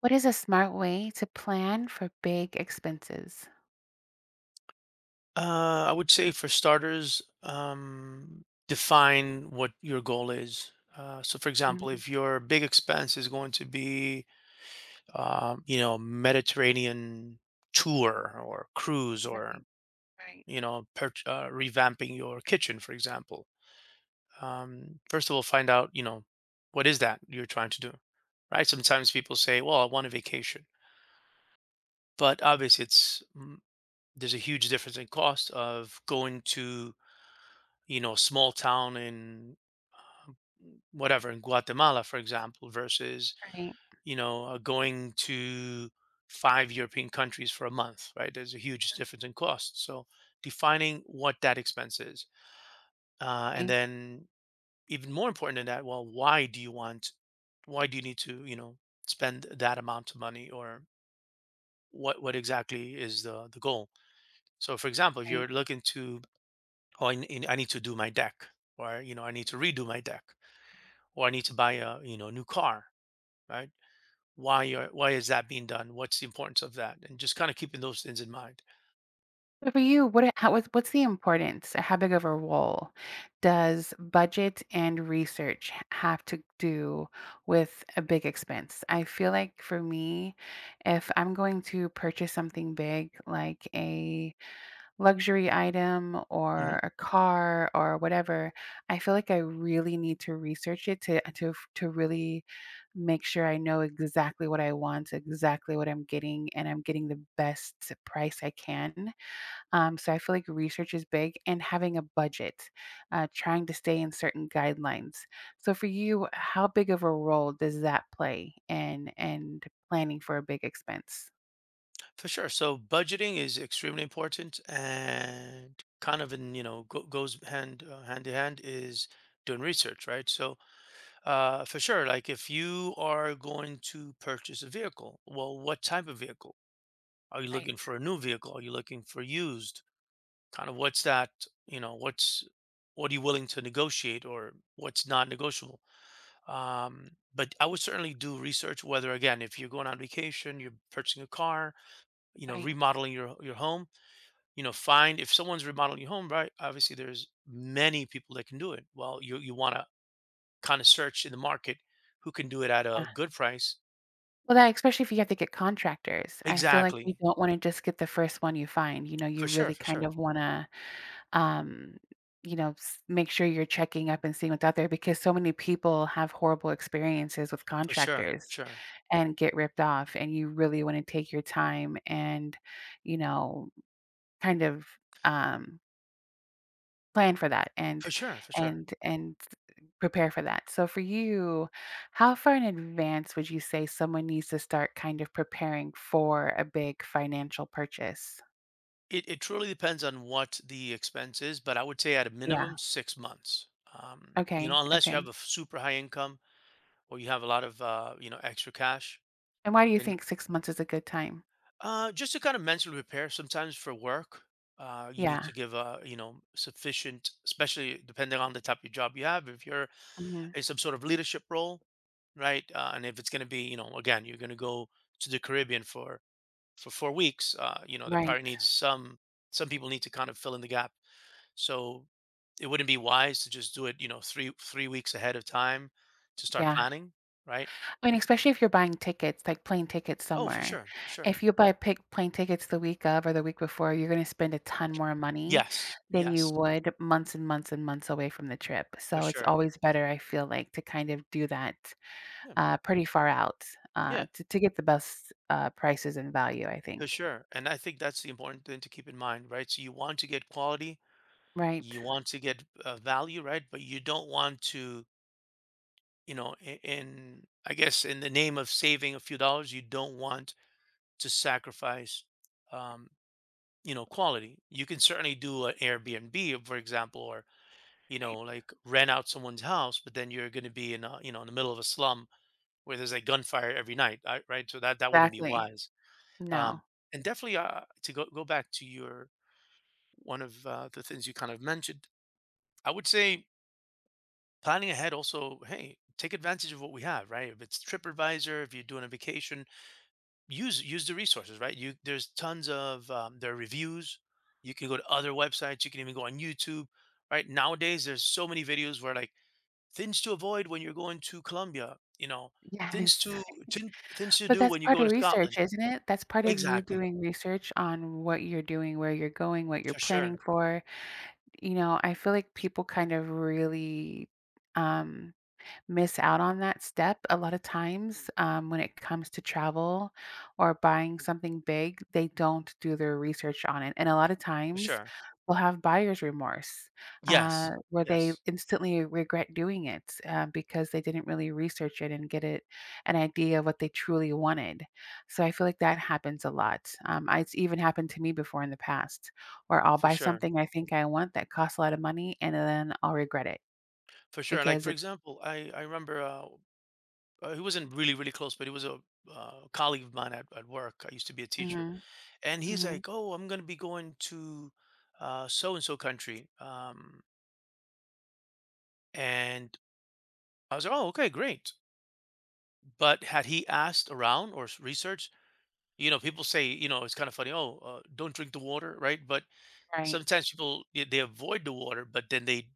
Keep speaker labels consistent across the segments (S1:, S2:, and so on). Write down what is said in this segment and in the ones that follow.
S1: What is a smart way to plan for big expenses?
S2: I would say for starters, define what your goal is. So, for example,
S1: Mhm.
S2: if your big expense is going to be, you know, Mediterranean tour or cruise
S1: Right,
S2: or,
S1: right, right.
S2: you know, revamping your kitchen, for example, first of all, find out, you know, what is that you're trying to do, right? Sometimes people say, well, I want a vacation, but obviously there's a huge difference in cost of going to you know, small town in um, whatever, in Guatemala, for example, versus, going to five European countries for a month, right? There's a huge difference in cost. So defining what that expense is. And
S1: Right,
S2: then even more important than that, well, why do you need to, you know, spend that amount of money or what exactly is the goal? So for example, if
S1: right.
S2: you're looking to, I need to do my deck or, you know, I need to redo my deck or I need to buy a you know new car, right? Why is that being done? What's the importance of that? And just kind of keeping those things in mind.
S1: So for you, what's the importance or how big of a role does budget and research h have to do with a big expense? I feel like for me, if I'm going to purchase something big, like a luxury item
S2: hmm
S1: or a car or whatever, I feel like I really need to research it to really make sure I know exactly what I want, exactly what I'm getting, and I'm getting the best price I can. So I feel like research is big and having a budget, trying to stay in certain guidelines. So for you, how big of a role does that play in and planning for a big expense?
S2: For sure. So budgeting is extremely important, and kind of in you know goes hand hand in hand is doing research, right? So for sure, like if you are going to purchase a vehicle, well, what type of vehicle? Are you
S1: Right,
S2: looking for a new vehicle? Are you looking for used? Kind of what's that? You know, what's what are you willing to negotiate, or what's not negotiable? But I would certainly do research whether again, if you're going on vacation, you're purchasing a car, you know,
S1: right.
S2: remodeling your home, you know, find if someone's remodeling your home, right? Obviously, there's many people that can do it. Well, you want to kind of search in the market who can do it at a good price.
S1: Well, that especially if you have to get contractors. I feel like you
S2: Exactly.
S1: don't wanna just get the first one you find, you know, you
S2: For sure,
S1: really
S2: for
S1: kind
S2: sure.
S1: of wanna, um, you know, s make sure you're checking up and seeing what's out there because so many people have horrible experiences with
S2: For sure,
S1: contractors
S2: sure.
S1: and get ripped off, and you really wanna take your time and, you know, kind of, um Plan for that and
S2: For sure, for sure.
S1: and prepare for that. So for you, how far in advance would you say someone needs to start kind of preparing for a big financial purchase?
S2: It truly depends on what the expense is, but I would say at a
S1: Yeah.
S2: minimum 6 months. You
S1: Okay,
S2: know, unless you have
S1: okay.
S2: a super high income or you have a lot of you know extra cash
S1: And why do you
S2: and
S1: think 6 months is a good time?
S2: just to kind of mentally prepare sometimes for work. You need
S1: Yeah.
S2: to give a you know sufficient, especially depending on the type of job you have. If you're
S1: Mhm.
S2: in some sort of leadership role, right? And if it's going to be you know again you're going to go to the Caribbean for 4 weeks, you know, that probably
S1: Right.
S2: needs some people need to kind of fill in the gap. So it wouldn't be wise to just do it you know three weeks ahead of time to start
S1: Yeah.
S2: planning, right?
S1: I mean, especially if you're buying tickets, like plane tickets
S2: Oh, for
S1: somewhere.
S2: sure, for sure.
S1: If you buy pick plane tickets the week of or the week before, you're gonna spend a ton more money
S2: Yes,
S1: than you
S2: yes,
S1: would months and months and months away from the trip.
S2: for
S1: So it's
S2: sure.
S1: always better, I feel like, to kind of do that
S2: Yeah,
S1: pretty far out uh,
S2: yeah,
S1: to, to get the best prices and value, I
S2: for
S1: think.
S2: sure. And I think that's the important thing to keep in mind, right? So you want to get quality,
S1: Right.
S2: you want to get value, right? But you don't want to, you know, in I guess in the name of saving a few dollars, you don't want to sacrifice, um, you know, quality. You can certainly do an Airbnb, for example, or you
S1: Right.
S2: know, like rent out someone's house, but then you're going to be in you know, in the middle of a slum where there's a gunfire every night, right? So that wouldn't be
S1: Exactly.
S2: wise. Um,
S1: No.
S2: and definitely go back to your one of the things you kind of mentioned, I would say planning ahead also, hey, take advantage of what we have, right? If it's TripAdvisor, if you're doing a vacation, use the resources, right? You there's tons of there are reviews. You can go to other websites. You can even go on YouTube, right? Nowadays, there's so many videos where like things to avoid when you're going to Colombia, you know, things
S1: Yes.
S2: to, to things to
S1: But
S2: do
S1: that's
S2: when you
S1: part
S2: go
S1: of
S2: to Scotland.
S1: research, isn't it? That's part of you
S2: Exactly,
S1: doing research on what you're doing, where you're going, what you're
S2: for
S1: planning
S2: sure,
S1: for. You know, I feel like people kind of really um miss out on that step a lot of times when it comes to travel or buying something big. They don't do their research on it, and a lot of
S2: for
S1: times
S2: sure.
S1: we will have buyer's remorse,
S2: Yes,
S1: where they
S2: yes,
S1: instantly regret doing it because they didn't really research it and get it an idea of what they truly wanted. So I feel like that happens a lot. It's even happened to me before in the past where I'll
S2: for
S1: buy
S2: sure,
S1: something I think I want that costs a lot of money, and then I'll regret it
S2: for sure. Like
S1: because
S2: for
S1: it.
S2: example, I remember he wasn't really close, but he was a colleague of mine at work. I used to be a teacher,
S1: Mhm,
S2: and he's
S1: mhm.
S2: like, "Oh, I'm gonna be going to so and so country," and I was like, "Oh, okay, great." But had he asked around or researched? You know, people say, you know, it's kind of funny. Oh, don't drink the water, right? But
S1: Right,
S2: sometimes people they avoid the water, but then they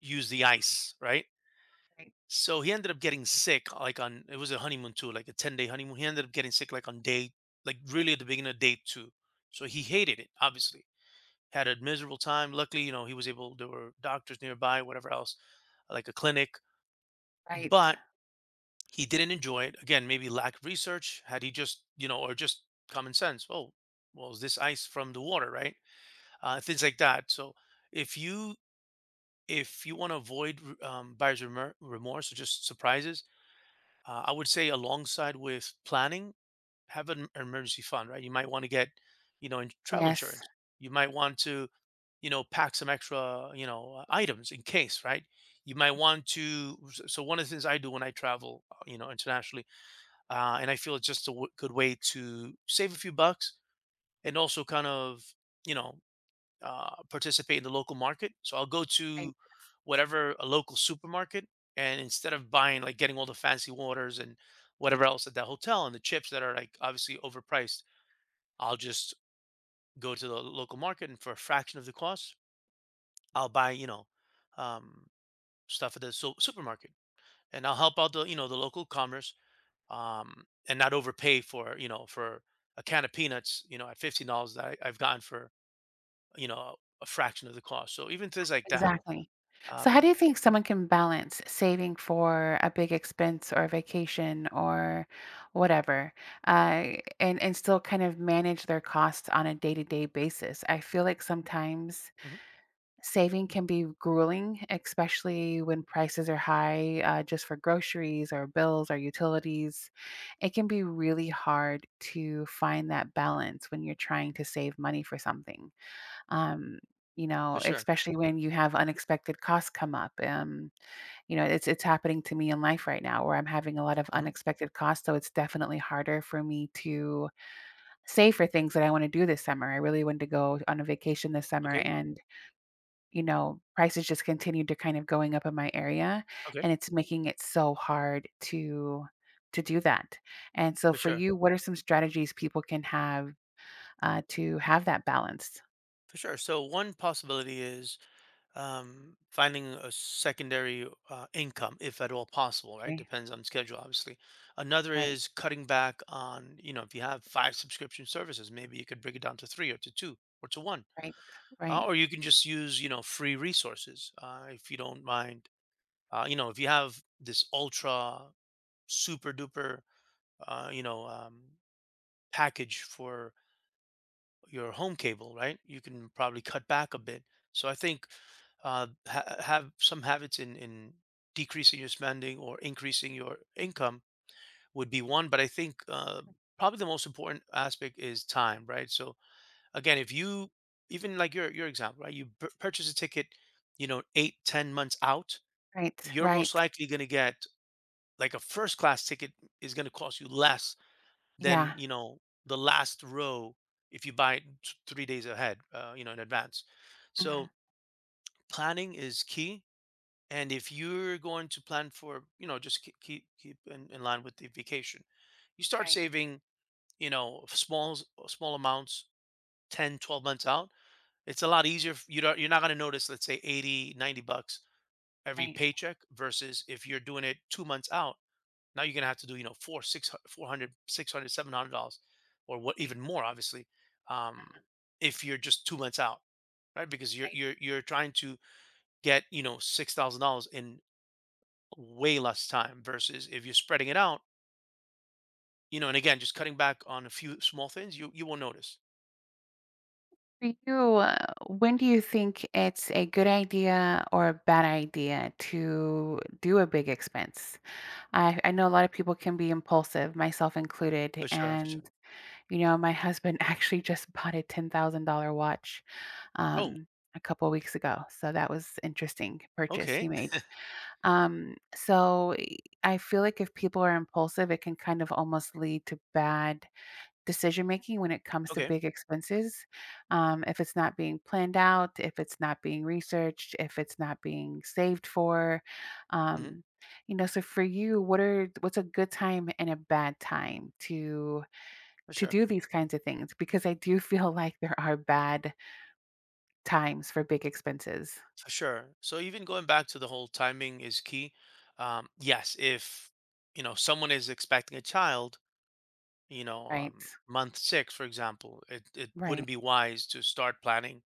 S2: use the ice, right?
S1: right,
S2: So he ended up getting sick, like on it was a honeymoon too, like a 10-day honeymoon. He ended up getting sick like on day, like really at the beginning of day two. So he hated it, obviously. Had a miserable time. Luckily, you know, he was able, there were doctors nearby, whatever else, like a clinic,
S1: right.
S2: but he didn't enjoy it. Again, maybe lack of research. Had he just, you know, or just common sense. Oh, well, is this ice from the water, right? Things like that. So if you, if you want to avoid buyer's remorse or just surprises, I would say alongside with planning, have an emergency fund, right? You might want to get, you know, in travel
S1: Yes,
S2: insurance. You might want to, you know, pack some extra, you know, items in case, right? You might want to. S- So one of the things I do when I travel, you know, internationally, and I feel it's just a good way to save a few bucks and also kind of, you know, participate in the local market. So I'll go
S1: right,
S2: to whatever a local supermarket, and instead of buying like getting all the fancy waters and whatever else at that hotel and the chips that are like obviously overpriced, I'll just go to the local market, and for a fraction of the cost, I'll buy you know um, stuff at the supermarket, and I'll help out the you know the local commerce and not overpay for you know for a can of peanuts you know at $15 that I've gotten for you know a fraction of the cost. So even things like that,
S1: exactly. So how do
S2: um,
S1: you think someone can balance saving for a big expense or a vacation or whatever, uh, and still kind of manage their costs on a day-to-day basis? I feel like sometimes
S2: Mhm.
S1: saving can be grueling, especially when prices are high, just for groceries or bills or utilities. It can be really hard to find that balance when you're trying to save money for something. um, you
S2: For
S1: know,
S2: sure.
S1: especially when you have unexpected costs come up. You know, it's happening to me in life right now where I'm having a lot of
S2: Mhm.
S1: unexpected costs, so it's definitely harder for me to save for things that I want to do this summer. I really wanted to go on a vacation this summer,
S2: Okay.
S1: and you know, prices just continued to kind of going up in my area,
S2: Okay.
S1: and it's making it so hard to do that. And so
S2: For
S1: for
S2: sure.
S1: you, what are some strategies people can have to have that balance?
S2: For sure. So one possibility is finding a secondary income, if at all possible, right?
S1: Okay.
S2: Depends on schedule, obviously. Another
S1: Right.
S2: is cutting back on, you know, if you have five subscription services, maybe you could break it down to three or to two or to one.
S1: Right.
S2: Uh,
S1: Right.
S2: or you can just use, you know, free resources if you don't mind. You know, if you have this ultra super duper, you know, package for your home cable, right? You can probably cut back a bit. So I think have some habits in decreasing your spending or increasing your income would be one. But I think probably the most important aspect is time, right? So again, if you even like your example, right? You purchase a ticket, you know, 8 10 months out,
S1: Right,
S2: you're most
S1: right.
S2: likely going to get like a first class ticket is going to cost you less then
S1: Yeah.
S2: you know the last row if you buy it 3 days ahead, you know in advance.
S1: Mhm.
S2: So planning is key. And if you're going to plan for, you know, just keep in line with the vacation, you start
S1: Right,
S2: saving, you know, small amounts, 10, 12 months out. It's a lot easier. You don't, you're not going to notice, let's say 80, 90 bucks every
S1: right,
S2: paycheck versus if you're doing it 2 months out. Now you're gonna have to do you know four hundred six hundred seven hundred dollars, or what
S1: right,
S2: even more, obviously, um,
S1: mhm,
S2: if you're just 2 months out, right? Because you're
S1: right.
S2: you're you're trying to get you know $6,000 in way less time versus if you're spreading it out, you know. And again, just cutting back on a few small things, you won't notice
S1: For you, when do you think it's a good idea or a bad idea to do a big expense? I know a lot of people can be impulsive, myself included,
S2: for sure, for
S1: and,
S2: sure.
S1: you know, my husband actually just bought a $10,000 watch,
S2: Oh,
S1: um, a couple weeks ago, so that was interesting purchase he
S2: okay,
S1: made. Um, so, I feel like if people are impulsive, it can kind of almost lead to bad decision making when it comes to
S2: okay,
S1: big expenses. If it's not being planned out, if it's not being researched, if it's not being saved for,
S2: hmm
S1: um, you know. So for you, what are what's a good time and a bad time
S2: for
S1: to
S2: sure,
S1: do these kinds of things? Because I do feel like there are bad times for big expenses,
S2: for sure. So even going back to the whole timing is key. Yes, if you know someone is expecting a child you know,
S1: right?
S2: month six, for example, it wouldn't
S1: Right.
S2: be wise to start planning,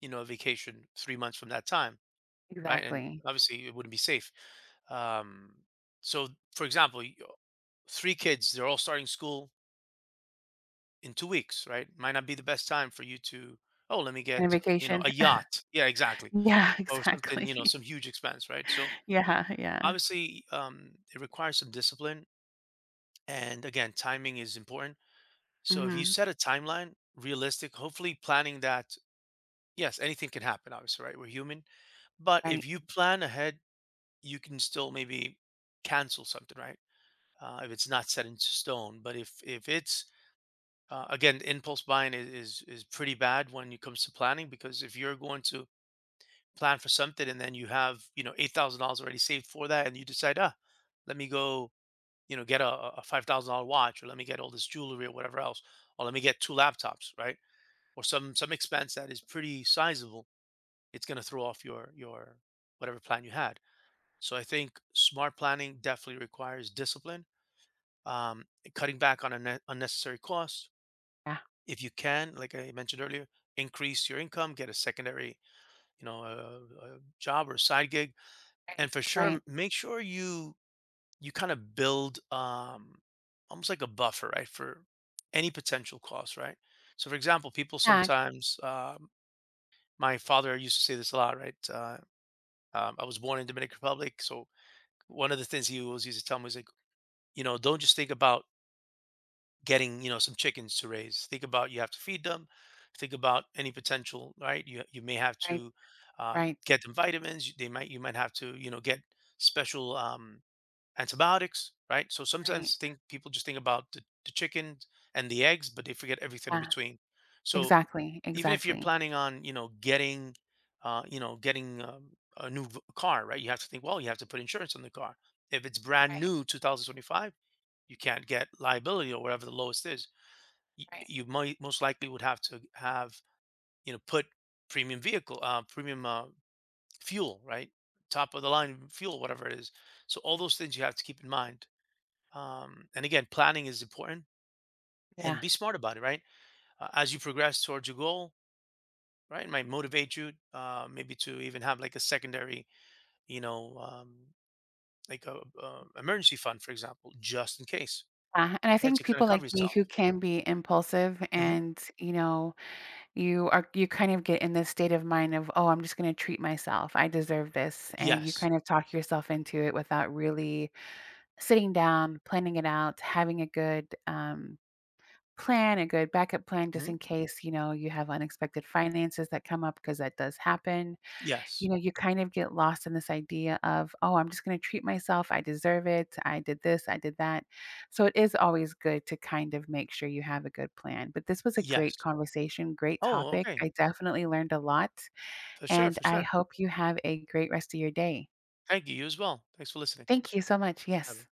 S2: you know, a vacation 3 months from that time, right? And
S1: Exactly.
S2: obviously, it wouldn't be safe. Um, so, for example, three kids, they're all starting school in 2 weeks, right? Might not be the best time for you to, oh, let me
S1: And a
S2: get, you know,
S1: vacation.
S2: a yacht. Yeah, exactly.
S1: Yeah,
S2: Or something,
S1: exactly.
S2: you know, some huge expense, right? So,
S1: Yeah, yeah.
S2: obviously, it requires some discipline. And again, timing is important. So if you
S1: Hmm.
S2: set a timeline, realistic, hopefully planning that, yes, anything can happen, obviously, right? We're human. But if
S1: Right.
S2: you plan ahead, you can still maybe cancel something, right? If it's not set in stone. But if it's again, impulse buying is pretty bad when it comes to planning, because if you're going to plan for something and then you have you know $8,000 already saved for that and you decide ah let me go you know get a $5,000 watch or let me get all this jewelry or whatever else or let me get two laptops right or some expense that is pretty sizable, it's going to throw off your whatever plan you had. So I think smart planning definitely requires discipline, um, cutting back on unnecessary costs.
S1: Yeah.
S2: If you can, like I mentioned earlier, increase your income, get a secondary, you know, a job or a side gig,
S1: Right.
S2: and for sure,
S1: Right.
S2: make sure you you kind of build almost like a buffer, right, for any potential costs, right? So, for example, people
S1: Yeah.
S2: sometimes my father used to say this a lot, right? I was born in Dominican Republic, so one of the things he always used to tell me is like, you know, don't just think about getting, you know, some chickens to raise. Think about you have to feed them. Think about any potential, right? You may have
S1: Right.
S2: to
S1: Right,
S2: get them vitamins. They might you might have to, you know, get special antibiotics, right? So
S1: right.
S2: sometimes think people just think about the chicken and the eggs, but they forget everything in
S1: Yeah,
S2: between. So
S1: exactly,
S2: even if you're
S1: exactly.
S2: planning on, you know, getting a new car, right? You have to think, well, you have to put insurance on the car. If it's brand
S1: Right,
S2: new, 2025, you can't get liability or whatever the lowest is.
S1: right.
S2: You might most likely would have to have, you know, put premium vehicle, premium fuel, right? Top of the line fuel, whatever it is. So all those things you have to keep in mind. And again, planning is important and
S1: Yeah,
S2: be smart about it, right? As you progress towards your goal, right? It might motivate you, maybe to even have like a secondary, you know, like a, emergency fund, for example, just in case,
S1: yeah, and I
S2: right?
S1: think
S2: To kind of
S1: people
S2: cover
S1: like me
S2: yourself.
S1: who can be impulsive
S2: Hmm
S1: and, you know, you are you kind of get in this state of mind of, "Oh, I'm just gonna treat myself. I deserve this." And you
S2: Yes.
S1: kind of talk yourself into it without really sitting down, planning it out, having a good, plan, a good backup plan just
S2: hmm
S1: in case, you know, you have unexpected finances that come up because that does happen. You
S2: Yes.
S1: know, you kind of get lost in this idea of, oh, I'm just going to treat myself. I deserve it. I did this. I did that. So it is always good to kind of make sure you have a good plan. But this was a great
S2: Yes.
S1: conversation, great
S2: Oh,
S1: topic.
S2: okay.
S1: I definitely learned a lot.
S2: For sure.
S1: And
S2: For
S1: I
S2: sure.
S1: hope you have a great rest of your day.
S2: Thank you. You as well. Thanks for listening.
S1: Thank you so much.
S2: Have
S1: Yes.
S2: a